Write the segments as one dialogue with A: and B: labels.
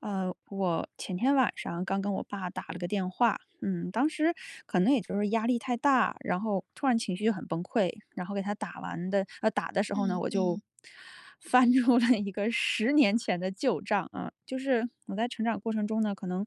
A: 我前天晚上刚跟我爸打了个电话，当时可能也就是压力太大，然后突然情绪很崩溃，然后给他打完的，打的时候呢，
B: 嗯
A: 我就
B: 嗯，
A: 翻出了一个10年前的旧账啊，就是我在成长过程中呢，可能，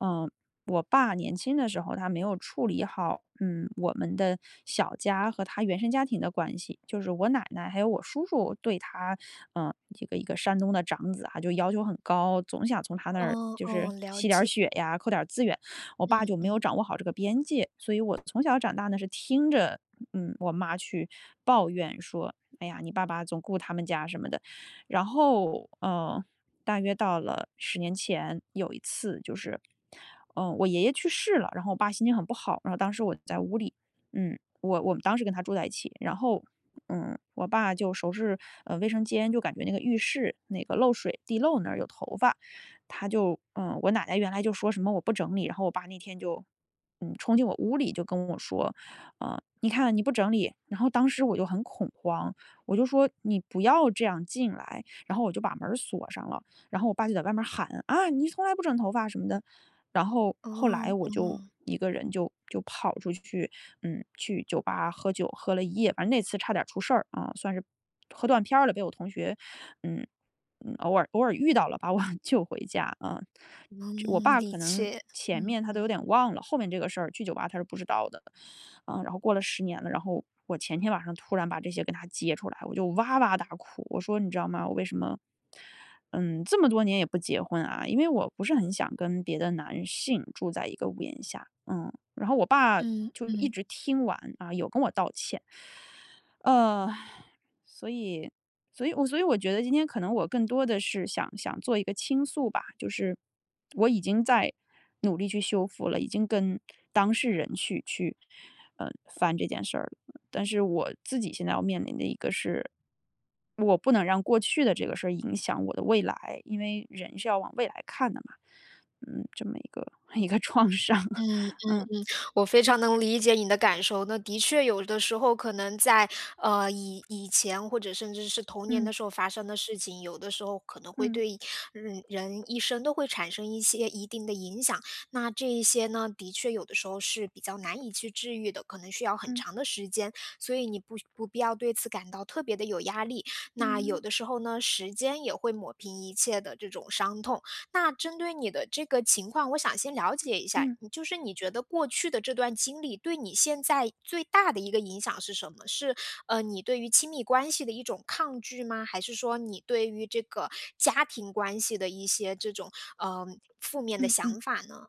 A: 嗯、我爸年轻的时候，他没有处理好，我们的小家和他原生家庭的关系，就是我奶奶还有我叔叔对他，这个一个山东的长子啊，就要求很高，总想从他那儿
B: 哦
A: 就是
B: 哦，了
A: 吸点儿
B: 解，
A: 血呀，扣点儿资源。我爸
B: 嗯
A: 就没有
B: 嗯，
A: 掌握好这个边界，所以我从小长大呢是听着，我妈去抱怨说，哎呀，你爸爸总顾他们家什么的，然后，大约到了十年前，有一次就是，我爷爷去世了，然后我爸心情很不好，然后当时我在屋里，我们当时跟他住在一起，然后，我爸就收拾，卫生间，就感觉那个浴室那个漏水地漏那儿有头发，他就，我奶奶原来就说什么我不整理，然后我爸那天就，冲进我屋里就跟我说，你看你不整理，然后当时我就很恐慌，我就说你不要这样进来，然后我就把门儿锁上了。然后我爸就在外面喊啊，你从来不整头发什么的。然后后
B: 哦
A: 来我就
B: 哦，
A: 一个人就跑出去，去酒吧喝酒，喝了一夜，反正那次差点出事儿啊，算是喝断片儿了，被我同学，嗯偶尔偶尔遇到了，把我 救回家啊。这我
B: 嗯，
A: 爸
B: 理
A: 可能
B: 解，
A: 前
B: 嗯
A: 面他都有
B: 嗯，
A: 点忘了，后面这个事儿去酒吧他是不知道的，啊，然后过了十年了，然后我前天晚上突然把这些跟他揭出来，我就哇哇大哭，我说你知道吗？我为什么？这么多年也不结婚啊，因为我不是很想跟别的男性住在一个屋檐下，然后我爸
B: 嗯
A: 就一
B: 嗯
A: 直听完啊，有跟我道歉，呃，所以，所以我觉得今天可能我更多的是想想做一个倾诉吧，就是我已经在努力去修复了，已经跟当事人去，翻这件事儿了。但是我自己现在要面临的一个是，我不能让过去的这个事儿影响我的未来，因为人是要往未来看的嘛。这么一个 一个创伤。
B: 嗯
A: 嗯
B: 嗯。我非常能理解你的感受。那的确有的时候可能在以前或者甚至是童年
A: 嗯
B: 的时候发生的事情，有的时候可能会
A: 嗯
B: 对人一生都会产生一些一定的影响。那这一些呢，的确有的时候是比较难以去治愈的，可能需要很
A: 嗯
B: 长的时间。所以你不必要对此感到特别的有压力。那
A: 嗯
B: 有
A: 嗯
B: 的时候呢，时间也会抹平一切的这种伤痛。那针对你的这个情况，我想先了解一下，
A: 嗯
B: 你就是你觉得过去的这段经历对你现在最大的一个影响是什么？是你对于亲密关系的一种抗拒吗？还是说你对于这个家庭关系的一些这种呃负面的
A: 嗯嗯。
B: 想法呢？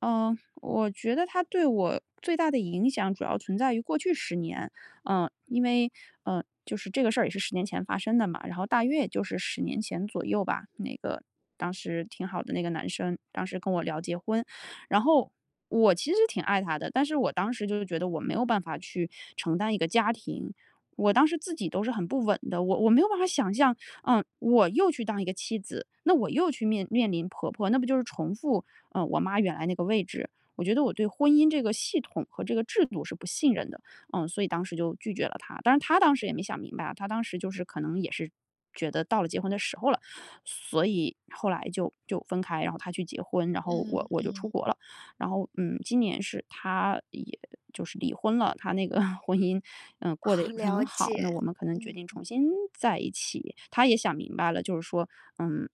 A: 嗯，我觉得他对我最大的影响主要存在于过去十年。因为，就是这个事儿也是十年前发生的嘛，然后大约也就是十年前左右吧，那个当时挺好的那个男生，当时跟我聊结婚。然后我其实挺爱他的，但是我当时就是觉得我没有办法去承担一个家庭，我当时自己都是很不稳的，我没有办法想象，我又去当一个妻子，那我又去面临婆婆，那不就是重复我妈原来那个位置。我觉得我对婚姻这个系统和这个制度是不信任的，所以当时就拒绝了他。当然他当时也没想明白啊，她当时就是可能也是觉得到了结婚的时候了，所以后来就分开，然后他去结婚，然后我
B: 嗯，
A: 我就出国了。然后，今年是他也就是离婚了，他那个 婚姻，过得
B: 好
A: 也不是很
B: 了
A: 好。那
B: 解，
A: 我们可能决
B: 嗯
A: 定重新在一起。他也想明白了，就是说，嗯，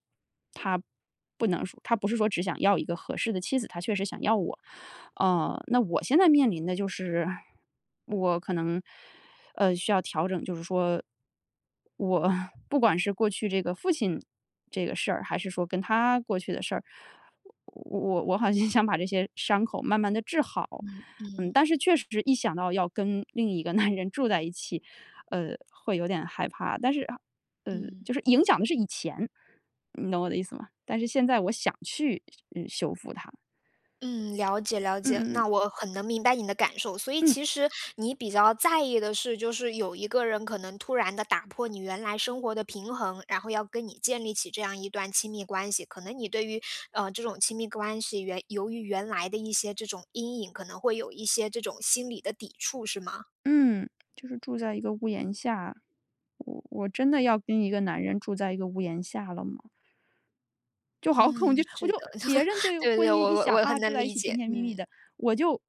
A: 不能说他不是说只想要一个合适的妻子，他确实想要我。那我现在面临的就是，我可能，需要调整，就是说，我 不管是过去这个父亲这个事儿，还是说跟他过去的事儿，我好像 想把这些伤口慢慢的治好。
B: 嗯嗯
A: 但是确实一想到要跟另一个男人住在一起，会有点害怕。但是
B: 嗯。
A: 就是影响的是以前，你懂我的意思吗？但是现在我想去，修复它。
B: 嗯，了解了解，
A: 嗯嗯
B: 那我很能明白你的感受。所以
A: 嗯
B: 其实你比较在意的是，就是有一个人可能突然的打破你原来生活的平衡，然后要跟你建立起这样一段亲密关系。可能你对于，这种亲密关系原由于原来的一些这种阴影，可能会有一些这种心理的抵触，是吗？
A: 嗯。就是住在一个屋檐下，我真的要跟一个男人住在一个屋檐下了吗？就好恐
B: 嗯，
A: 惧，
B: 是的，
A: 别人 对
B: 对
A: 婚
B: 对，我
A: 姻一
B: 我
A: 想
B: 我
A: 啊，
B: 很能
A: 住在一
B: 理
A: 起甜
B: 解，
A: 甜蜜蜜
B: 嗯。
A: 的，我就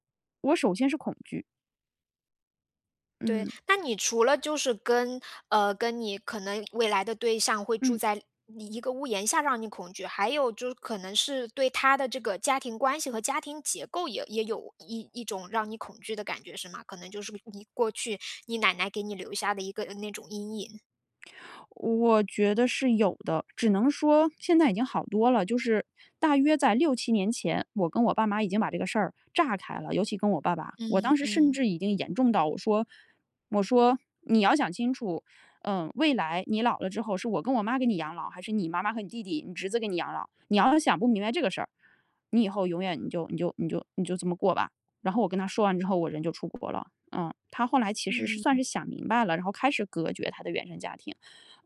A: 我首先是恐惧。
B: 对，
A: 嗯
B: 那你除了就是跟跟你可能未来的对象会住
A: 嗯。
B: 在你一个屋檐下让你恐惧，还有就是可能是对他的这个家庭关系和家庭结构也有一种让你恐惧的感觉，是吗？可能就是你过去你奶奶给你留下的一个那种阴影。
A: 我觉得是有的，只能说现在已经好多了。就是大约在6、7年前，我跟我爸妈已经把这个事儿炸开了，尤其跟我爸爸，我
B: 嗯
A: 当时甚
B: 嗯
A: 至已经严重到我说，你要想清楚，未来你老了之后，是我跟我妈给你养老，还是你妈妈和你弟弟、你侄子给你养老？你要是想不明白这个事儿，你以后永远你就这么过吧。然后我跟他说完之后，我人就出国了。他后来其实是算是
B: 嗯
A: 想明白了，然后开始隔绝他的原生家庭。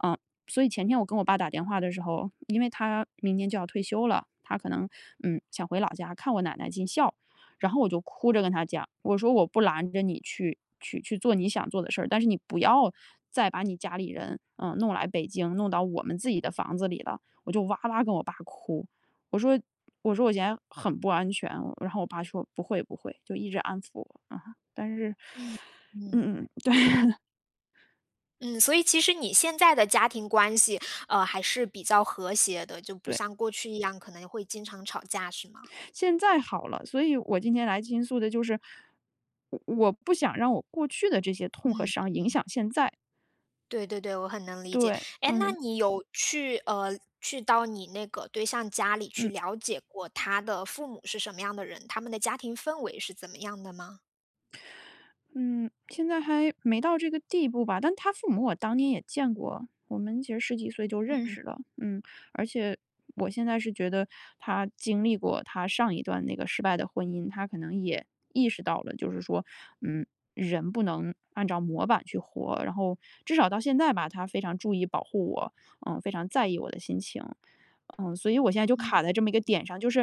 A: 嗯，所以前天我跟我爸打电话的时候，因为他明年就要退休了，他可能想回老家看我奶奶尽孝，然后我就哭着跟他讲，我说我不拦着你去做你想做的事儿，但是你不要再把你家里人弄来北京，弄到我们自己的房子里了。我就哇哇跟我爸哭，我说我说我现在很不安全，然后我爸说不会不会，就一直安抚我啊、但是
B: 嗯嗯
A: 嗯嗯对
B: 嗯。所以其实你现在的家庭关系，还是比较和谐的，就不
A: 对。
B: 像过去一样可能会经常吵架，是吗？
A: 现在好了，所以我今天来倾诉的就是，我不想让我过去的这些痛和伤影响现在。
B: 对对对，我很能理解。
A: 对，
B: 哎，那
A: 嗯
B: 对你有去去到你那个对象家里去
A: 嗯。
B: 了解过他的父母是什么样的人，他们的家庭氛围是怎么样的吗？
A: 嗯，现在还没到这个地步吧，但他父母我当年也见过，我们其实十几岁就认识了，而且我现在是觉得他经历过他上一段那个失败的婚姻，他可能也意识到了，就是说，嗯，人不能按照模板去活，然后至少到现在吧，他非常注意保护我，非常在意我的心情，所以我现在就
B: 嗯
A: 卡在这么一个点上，就是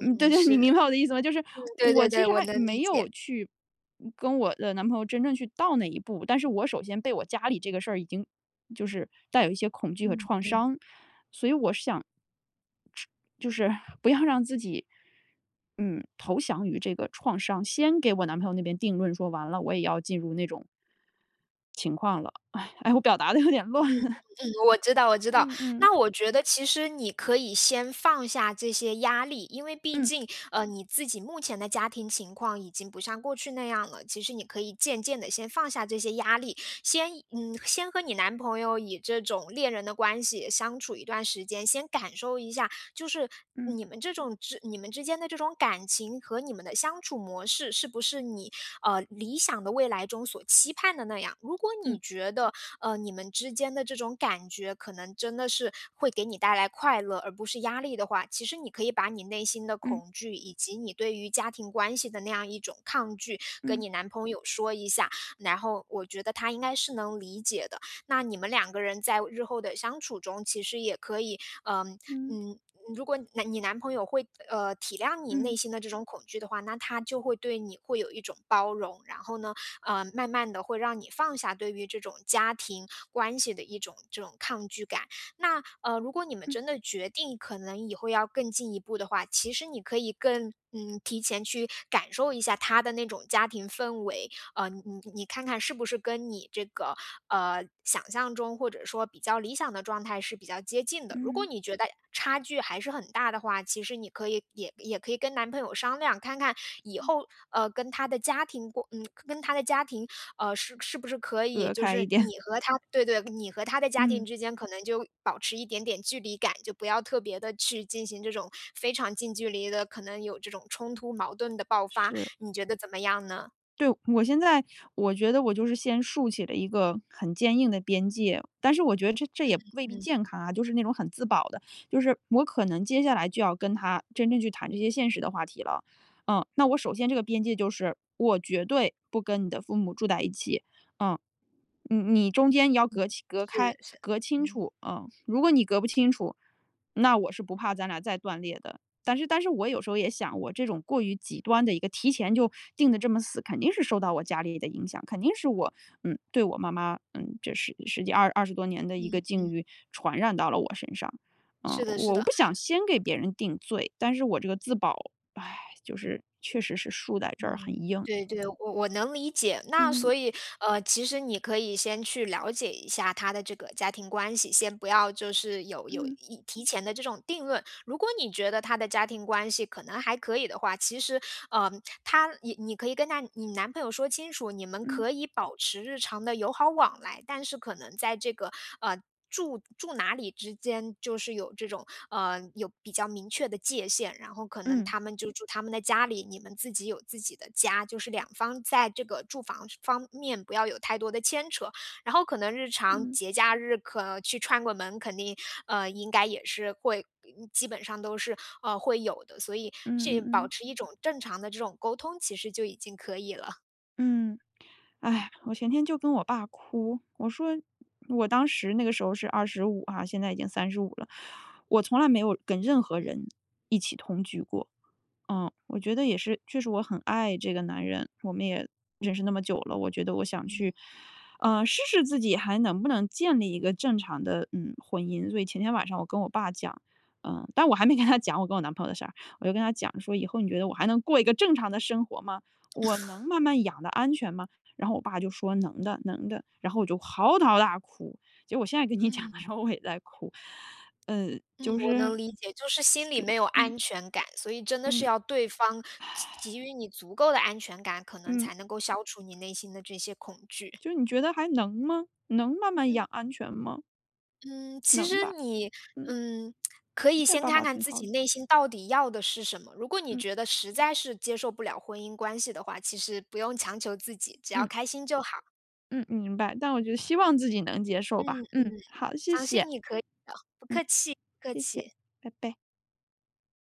A: 对对，你
B: 是的，
A: 明白我的意思吗？就是
B: 嗯对
A: 我
B: 对
A: 其
B: 对，
A: 实
B: 我
A: 还
B: 能理
A: 没有
B: 解。
A: 去跟我的男朋友真正去到那一步，但是我首先被我家里这个事儿已经就是带有一些恐惧和
B: 嗯。
A: 创伤，所以我是想，就是 不要让自己，投降于这个创伤，先给我男朋友那边定论说完了，我也要进入那种情况了。哎哎，我表达的有点乱，
B: 嗯 嗯嗯。我知道我知道。
A: 嗯嗯
B: 那我觉得其实你可以先放下这些压力，因为毕
A: 嗯
B: 竟，你自己目前的家庭情况已经不像过去那样了。其实你可以渐渐的先放下这些压力，先和你男朋友以这种恋人的关系相处一段时间，先感受一下，就是
A: 嗯
B: 你们之间的这种感情和你们的相处模式，是不是你，理想的未来中所期盼的那样。如果
A: 嗯嗯
B: 你觉得你们之间的这种感觉可能真的是会给你带来快乐，而不是压力的话，其实你可以把你内心的
A: 嗯。
B: 恐惧，以及你对于家庭关系的那样一种抗拒，跟
A: 嗯
B: 你男朋友说一下，然后我觉得他应该是能理解的。那你们两个人在日后的相处中，其实也可以。嗯
A: 嗯
B: 嗯。如果你男朋友会体谅你内
A: 嗯
B: 心的这种恐惧的话，那他就会对你会有一种包容，然后呢，慢慢的会让你放下对于这种家庭关系的一种这种抗拒感。那，如果你们真的决定可能以后要更进一步的话，其实你可以更提前去感受一下他的那种家庭氛围。你看看是不是跟你这个想象中或者说比较理想的状态是比较接近的。如果
A: 嗯。
B: 你觉得差距还是很大的话，其实你可以也可以跟男朋友商量，看看以后跟他的家庭过，跟他的家庭是不是可以，
A: 隔
B: 就
A: 开一
B: 是
A: 点。
B: 你和他，对对，你和他的家庭
A: 嗯。
B: 之间可能就保持一点点距离感，就不要特别的去进行这种非常近距离的，可能有这种冲突矛盾的爆 发。
A: 是，
B: 你觉得怎么样呢？
A: 对，我现在我觉得我就是先竖起了一个很坚硬的边界，但是我觉得这也未必
B: 嗯。
A: 健康啊，就是那种很自保的，就是我可能接下来就要跟他真正去谈这些现实的话题了。那我首先这个边界就是，我绝对不跟你的父母住在一起，嗯。你中间要隔起，
B: 是
A: 隔
B: 的
A: 开，
B: 是，
A: 隔清
B: 嗯
A: 楚，如果你隔不清楚那我是不怕咱俩再断裂的。但是我有时候也想，我这种过于极端的一个提前就定的这么死，肯定是受到我家里的影响，肯定是我，对我妈妈，这十十几二二十多年的一个
B: 嗯，
A: 境遇传染到了我身上。
B: 是的是
A: 我
B: 的，
A: 不想先给别人定罪，但是我这个自保，哎，就是确实是树在这儿很
B: 嗯，
A: 硬。
B: 对对，我能理解。那
A: 嗯
B: 所以，其实你可以先去了解一下他的这个家庭关系，先不要就是有
A: 嗯
B: 一提前的这种定论。如果你觉得他的家庭关系可能还可以的话，其实，呃，你可以跟你男朋友说清楚，你们
A: 嗯
B: 可以保持日常的友好往来，但是可能在这个呃。住哪里之间就是有这种有比较明确的界限，然后可能
A: 嗯
B: 他们就住他们的家里，你们自己有自己的家，就是两方在这个住房方面不要有太多的牵扯。然后可能日常
A: 嗯嗯
B: 节假日可去串个门，肯定应该也是会，基本上都是会有的，所以
A: 嗯
B: 这
A: 嗯
B: 保
A: 嗯。
B: 持一种正常的这种沟通，其实就已经可以了。
A: 嗯哎，我前天就跟我爸哭，我说我当时那个时候是25哈，现在已经35了，我从来没有跟任何
B: 嗯
A: 人一起同居过。我觉得也是，确实我很爱这个男人，我们也认识那么久了，我觉得我想
B: 嗯
A: 去，试试自己还能不能建立一个正常的婚姻。所以前天晚上我跟我爸讲，但我还没跟他讲我跟我男朋友的事儿，我就跟他讲说，以后你觉得我还能过一个正常的生活吗？我能慢慢养的安全吗？然后我爸就说能的，能的。然后我就嚎啕大哭。结果我现在跟你讲的
B: 嗯
A: 时候，我也在哭。
B: 嗯。
A: 就
B: 我能
A: 是
B: 理解，就是心里
A: 希望，
B: 没有
A: 嗯
B: 安全感，所以真的是
A: 嗯
B: 要对方给予你足够的安全感，可能
A: 嗯。
B: 才能够消除你内心的这些恐惧。
A: 就是你觉得还能吗？能慢慢
B: 嗯。
A: 养安全吗？
B: 嗯，其
A: 能
B: 实
A: 吧，
B: 你，
A: 嗯，
B: 嗯，可
A: 现
B: 以
A: 在
B: 先
A: 爸
B: 看
A: 爸
B: 看
A: 挺
B: 自
A: 好
B: 己
A: 的，
B: 内心到底要的是什么。如果你
A: 嗯
B: 觉得实在是接受不了婚姻关系的话，其实不用强求自己，只要
A: 嗯
B: 开心就好。
A: 嗯，明白，但我觉得希望自己能接受吧，
B: 嗯嗯，
A: 嗯，好，谢
B: 相
A: 谢，
B: 信你可以，不
A: 嗯，
B: 客气，不客
A: 谢谢，
B: 气。
A: 拜拜。